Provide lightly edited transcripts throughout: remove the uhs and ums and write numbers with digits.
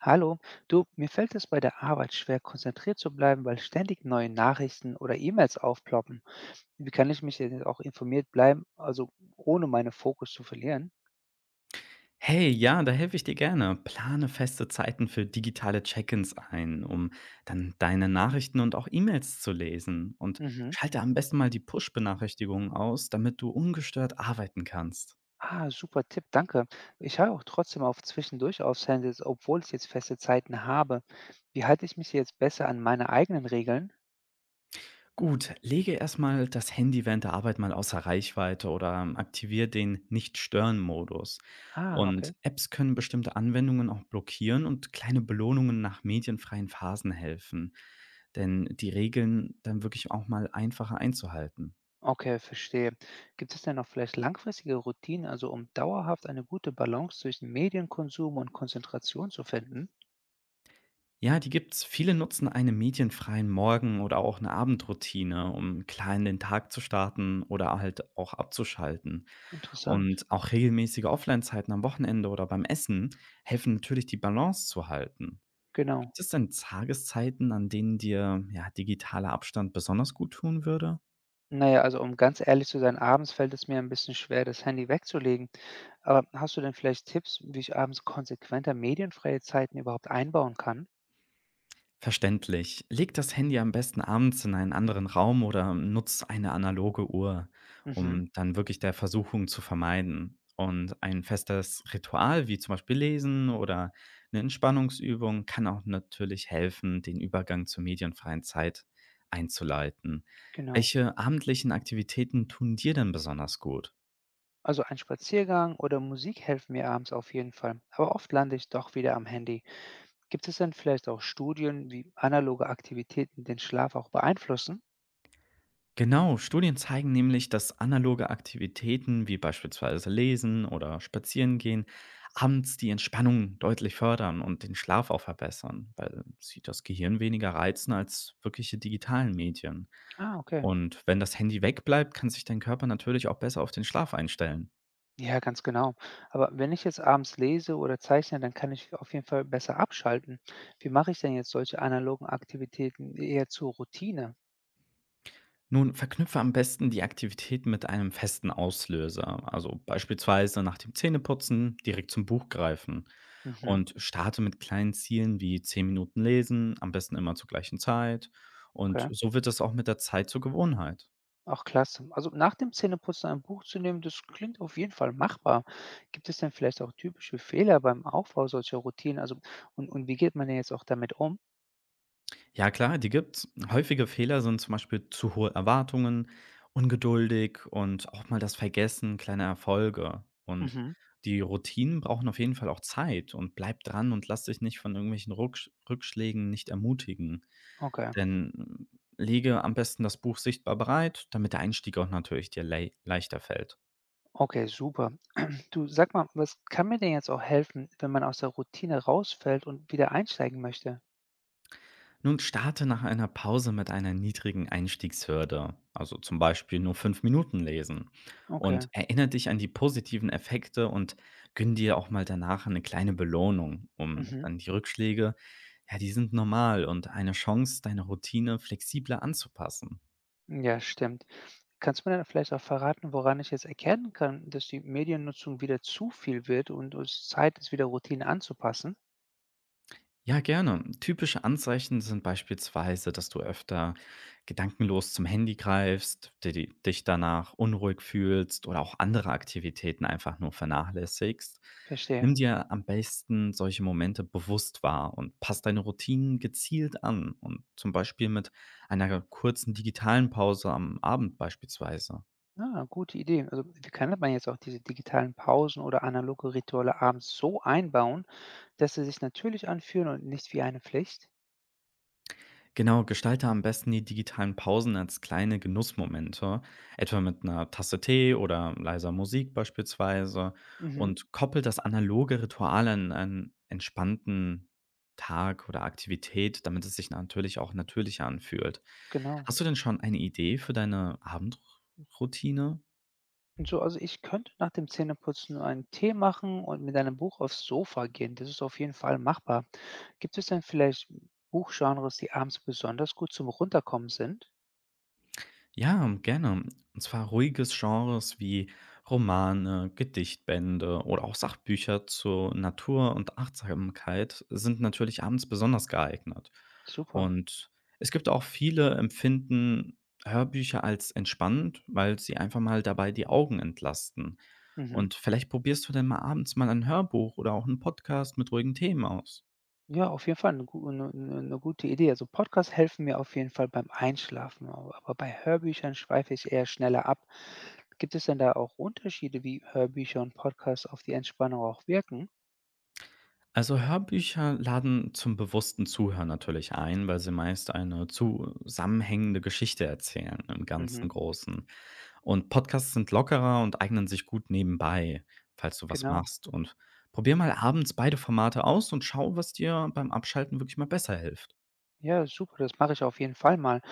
Hallo, du, mir fällt es bei der Arbeit schwer, konzentriert zu bleiben, weil ständig neue Nachrichten oder E-Mails aufploppen. Wie kann ich mich denn auch informiert bleiben, also ohne meinen Fokus zu verlieren? Hey, ja, da helfe ich dir gerne. Plane feste Zeiten für digitale Check-ins ein, um dann deine Nachrichten und auch E-Mails zu lesen. Und Mhm. schalte am besten mal die Push-Benachrichtigungen aus, damit du ungestört arbeiten kannst. Ah, super Tipp, danke. Ich habe auch trotzdem auf zwischendurch aufs Handy, obwohl ich jetzt feste Zeiten habe. Wie halte ich mich jetzt besser an meine eigenen Regeln? Gut, lege erstmal das Handy während der Arbeit mal außer Reichweite oder aktiviere den Nicht-Stören-Modus. Ah, okay. Und Apps können bestimmte Anwendungen auch blockieren und kleine Belohnungen nach medienfreien Phasen helfen. Denn die Regeln dann wirklich auch mal einfacher einzuhalten. Okay, verstehe. Gibt es denn noch vielleicht langfristige Routinen, also um dauerhaft eine gute Balance zwischen Medienkonsum und Konzentration zu finden? Ja, die gibt's. Viele nutzen einen medienfreien Morgen oder auch eine Abendroutine, um klar in den Tag zu starten oder halt auch abzuschalten. Interessant, Und auch regelmäßige Offline-Zeiten am Wochenende oder beim Essen helfen natürlich, die Balance zu halten. genau. Gibt es denn Tageszeiten, an denen dir ja, digitaler Abstand besonders gut tun würde? Na ja, also, um ganz ehrlich zu sein, abends fällt es mir ein bisschen schwer, das Handy wegzulegen. Aber hast du denn vielleicht Tipps, wie ich abends konsequenter medienfreie Zeiten überhaupt einbauen kann? Verständlich. Leg das Handy am besten abends in einen anderen Raum oder nutz eine analoge Uhr, Mhm, um dann wirklich der Versuchung zu vermeiden. Und ein festes Ritual, wie zum Beispiel Lesen oder eine Entspannungsübung, kann auch natürlich helfen, den Übergang zur medienfreien Zeit einzuleiten. genau. Welche abendlichen Aktivitäten tun dir denn besonders gut? Also ein Spaziergang oder Musik helfen mir abends auf jeden Fall, aber oft lande ich doch wieder am Handy. Gibt es denn vielleicht auch Studien, wie analoge Aktivitäten den Schlaf auch beeinflussen? Genau, Studien zeigen nämlich, dass analoge Aktivitäten wie beispielsweise Lesen oder Spazierengehen abends die Entspannung deutlich fördern und den Schlaf auch verbessern, weil sie das Gehirn weniger reizen als wirkliche digitalen Medien. Ah, okay. Und wenn das Handy wegbleibt, kann sich dein Körper natürlich auch besser auf den Schlaf einstellen. Ja, ganz genau. Aber wenn ich jetzt abends lese oder zeichne, dann kann ich auf jeden Fall besser abschalten. Wie mache ich denn jetzt solche analogen Aktivitäten eher zur Routine? Nun, verknüpfe am besten die Aktivität mit einem festen Auslöser, also beispielsweise nach dem Zähneputzen direkt zum Buch greifen Mhm, und starte mit kleinen Zielen wie 10 Minuten lesen, am besten immer zur gleichen Zeit, okay. und so wird das auch mit der Zeit zur Gewohnheit. Auch klasse. Also nach dem Zähneputzen ein Buch zu nehmen, das klingt auf jeden Fall machbar. Gibt es denn vielleicht auch typische Fehler beim Aufbau solcher Routinen? Also, und wie geht man denn jetzt auch damit um? Ja klar, die gibt's. Häufige Fehler sind zum Beispiel zu hohe Erwartungen, ungeduldig und auch mal das Vergessen kleiner Erfolge. Und Mhm. die Routinen brauchen auf jeden Fall auch Zeit, und bleib dran und lass dich nicht von irgendwelchen Rucksch Rückschlägen nicht ermutigen. Okay. Denn hm, Lege am besten das Buch sichtbar bereit, damit der Einstieg auch natürlich dir leichter fällt. Okay, super. Du, sag mal, was kann mir denn jetzt auch helfen, wenn man aus der Routine rausfällt und wieder einsteigen möchte? Nun starte nach einer Pause mit einer niedrigen Einstiegshürde, also zum Beispiel nur 5 Minuten lesen. Und Okay. erinnere dich an die positiven Effekte und gönn dir auch mal danach eine kleine Belohnung, um Mhm. dann die Rückschläge, ja, die sind normal und eine Chance, deine Routine flexibler anzupassen. Ja, stimmt. Kannst du mir dann vielleicht auch verraten, woran ich jetzt erkennen kann, dass die Mediennutzung wieder zu viel wird und es Zeit ist, wieder Routinen anzupassen? Ja, gerne. Typische Anzeichen sind beispielsweise, dass du öfter gedankenlos zum Handy greifst, dich danach unruhig fühlst oder auch andere Aktivitäten einfach nur vernachlässigst. Nimm Verstehe. dir am besten solche Momente bewusst wahr und pass deine Routinen gezielt an, und zum Beispiel mit einer kurzen digitalen Pause am Abend beispielsweise. Ah, gute Idee. Also, wie kann man jetzt auch diese digitalen Pausen oder analoge Rituale abends so einbauen, dass sie sich natürlich anfühlen und nicht wie eine Pflicht? Genau, gestalte am besten die digitalen Pausen als kleine Genussmomente, etwa mit einer Tasse Tee oder leiser Musik beispielsweise, Mhm, und koppel das analoge Ritual an einen entspannten Tag oder Aktivität, damit es sich natürlich auch natürlicher anfühlt. genau. Hast du denn schon eine Idee für deine Abendroutine? Und so, also ich könnte nach dem Zähneputzen einen Tee machen und mit einem Buch aufs Sofa gehen. Das ist auf jeden Fall machbar. Gibt es denn vielleicht Buchgenres, die abends besonders gut zum Runterkommen sind? Ja, gerne. Und zwar ruhiges Genres wie Romane, Gedichtbände oder auch Sachbücher zur Natur und Achtsamkeit sind natürlich abends besonders geeignet. Super. Und es gibt auch viele empfinden Hörbücher als entspannend, weil sie einfach mal dabei die Augen entlasten. Mhm. Und vielleicht probierst du denn mal abends mal ein Hörbuch oder auch einen Podcast mit ruhigen Themen aus. Ja, auf jeden Fall eine gu 'ne 'ne 'ne gute Idee. Also, Podcasts helfen mir auf jeden Fall beim Einschlafen, aber bei Hörbüchern schweife ich eher schneller ab. Gibt es denn da auch Unterschiede, wie Hörbücher und Podcasts auf die Entspannung auch wirken? Also Hörbücher laden zum bewussten Zuhören natürlich ein, weil sie meist eine zusammenhängende Geschichte erzählen im Mhm, ganzen Großen. Und Podcasts sind lockerer und eignen sich gut nebenbei, falls du was genau. machst. Und probier mal abends beide Formate aus und schau, was dir beim Abschalten wirklich mal besser hilft. Ja, super, das mache ich auf jeden Fall mal.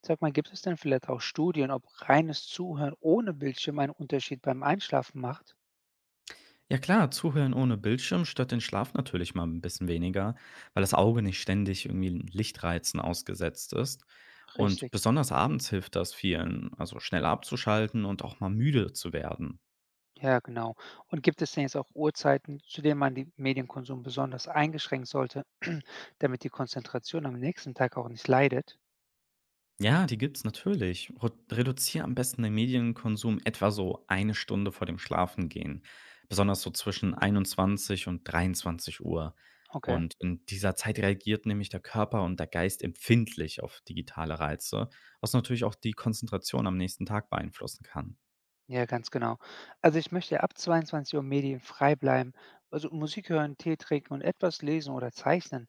Sag mal, gibt es denn vielleicht auch Studien, ob reines Zuhören ohne Bildschirm einen Unterschied beim Einschlafen macht? Ja klar, zuhören ohne Bildschirm stört den Schlaf natürlich mal ein bisschen weniger, weil das Auge nicht ständig irgendwie Lichtreizen ausgesetzt ist. Und Richtig. besonders abends hilft das vielen, also schnell abzuschalten und auch mal müde zu werden. Ja, genau. Und gibt es denn jetzt auch Uhrzeiten, zu denen man den Medienkonsum besonders eingeschränkt sollte, damit die Konzentration am nächsten Tag auch nicht leidet? Ja, die gibt's natürlich. Ru Reduziere am besten den Medienkonsum etwa so eine Stunde vor dem Schlafengehen, besonders so zwischen 21 und 23 Uhr. Okay, Und in dieser Zeit reagiert nämlich der Körper und der Geist empfindlich auf digitale Reize, was natürlich auch die Konzentration am nächsten Tag beeinflussen kann. ja, ganz genau. Also ich möchte ab 22 Uhr medienfrei bleiben, also Musik hören, Tee trinken und etwas lesen oder zeichnen.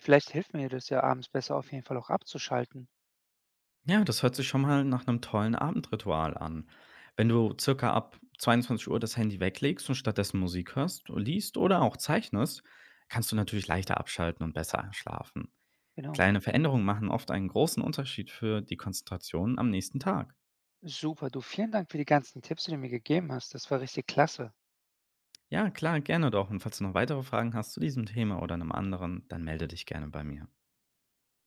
Vielleicht hilft mir das ja abends besser auf jeden Fall auch abzuschalten. Ja, das hört sich schon mal nach einem tollen Abendritual an. Wenn du circa ab 22 Uhr das Handy weglegst und stattdessen Musik hörst, liest oder auch zeichnest, kannst du natürlich leichter abschalten und besser schlafen. Genau. Kleine Veränderungen machen oft einen großen Unterschied für die Konzentration am nächsten Tag. Super, du, vielen Dank für die ganzen Tipps, die du mir gegeben hast. Das war richtig klasse. Ja, klar, gerne doch. Und falls du noch weitere Fragen hast zu diesem Thema oder einem anderen, dann melde dich gerne bei mir.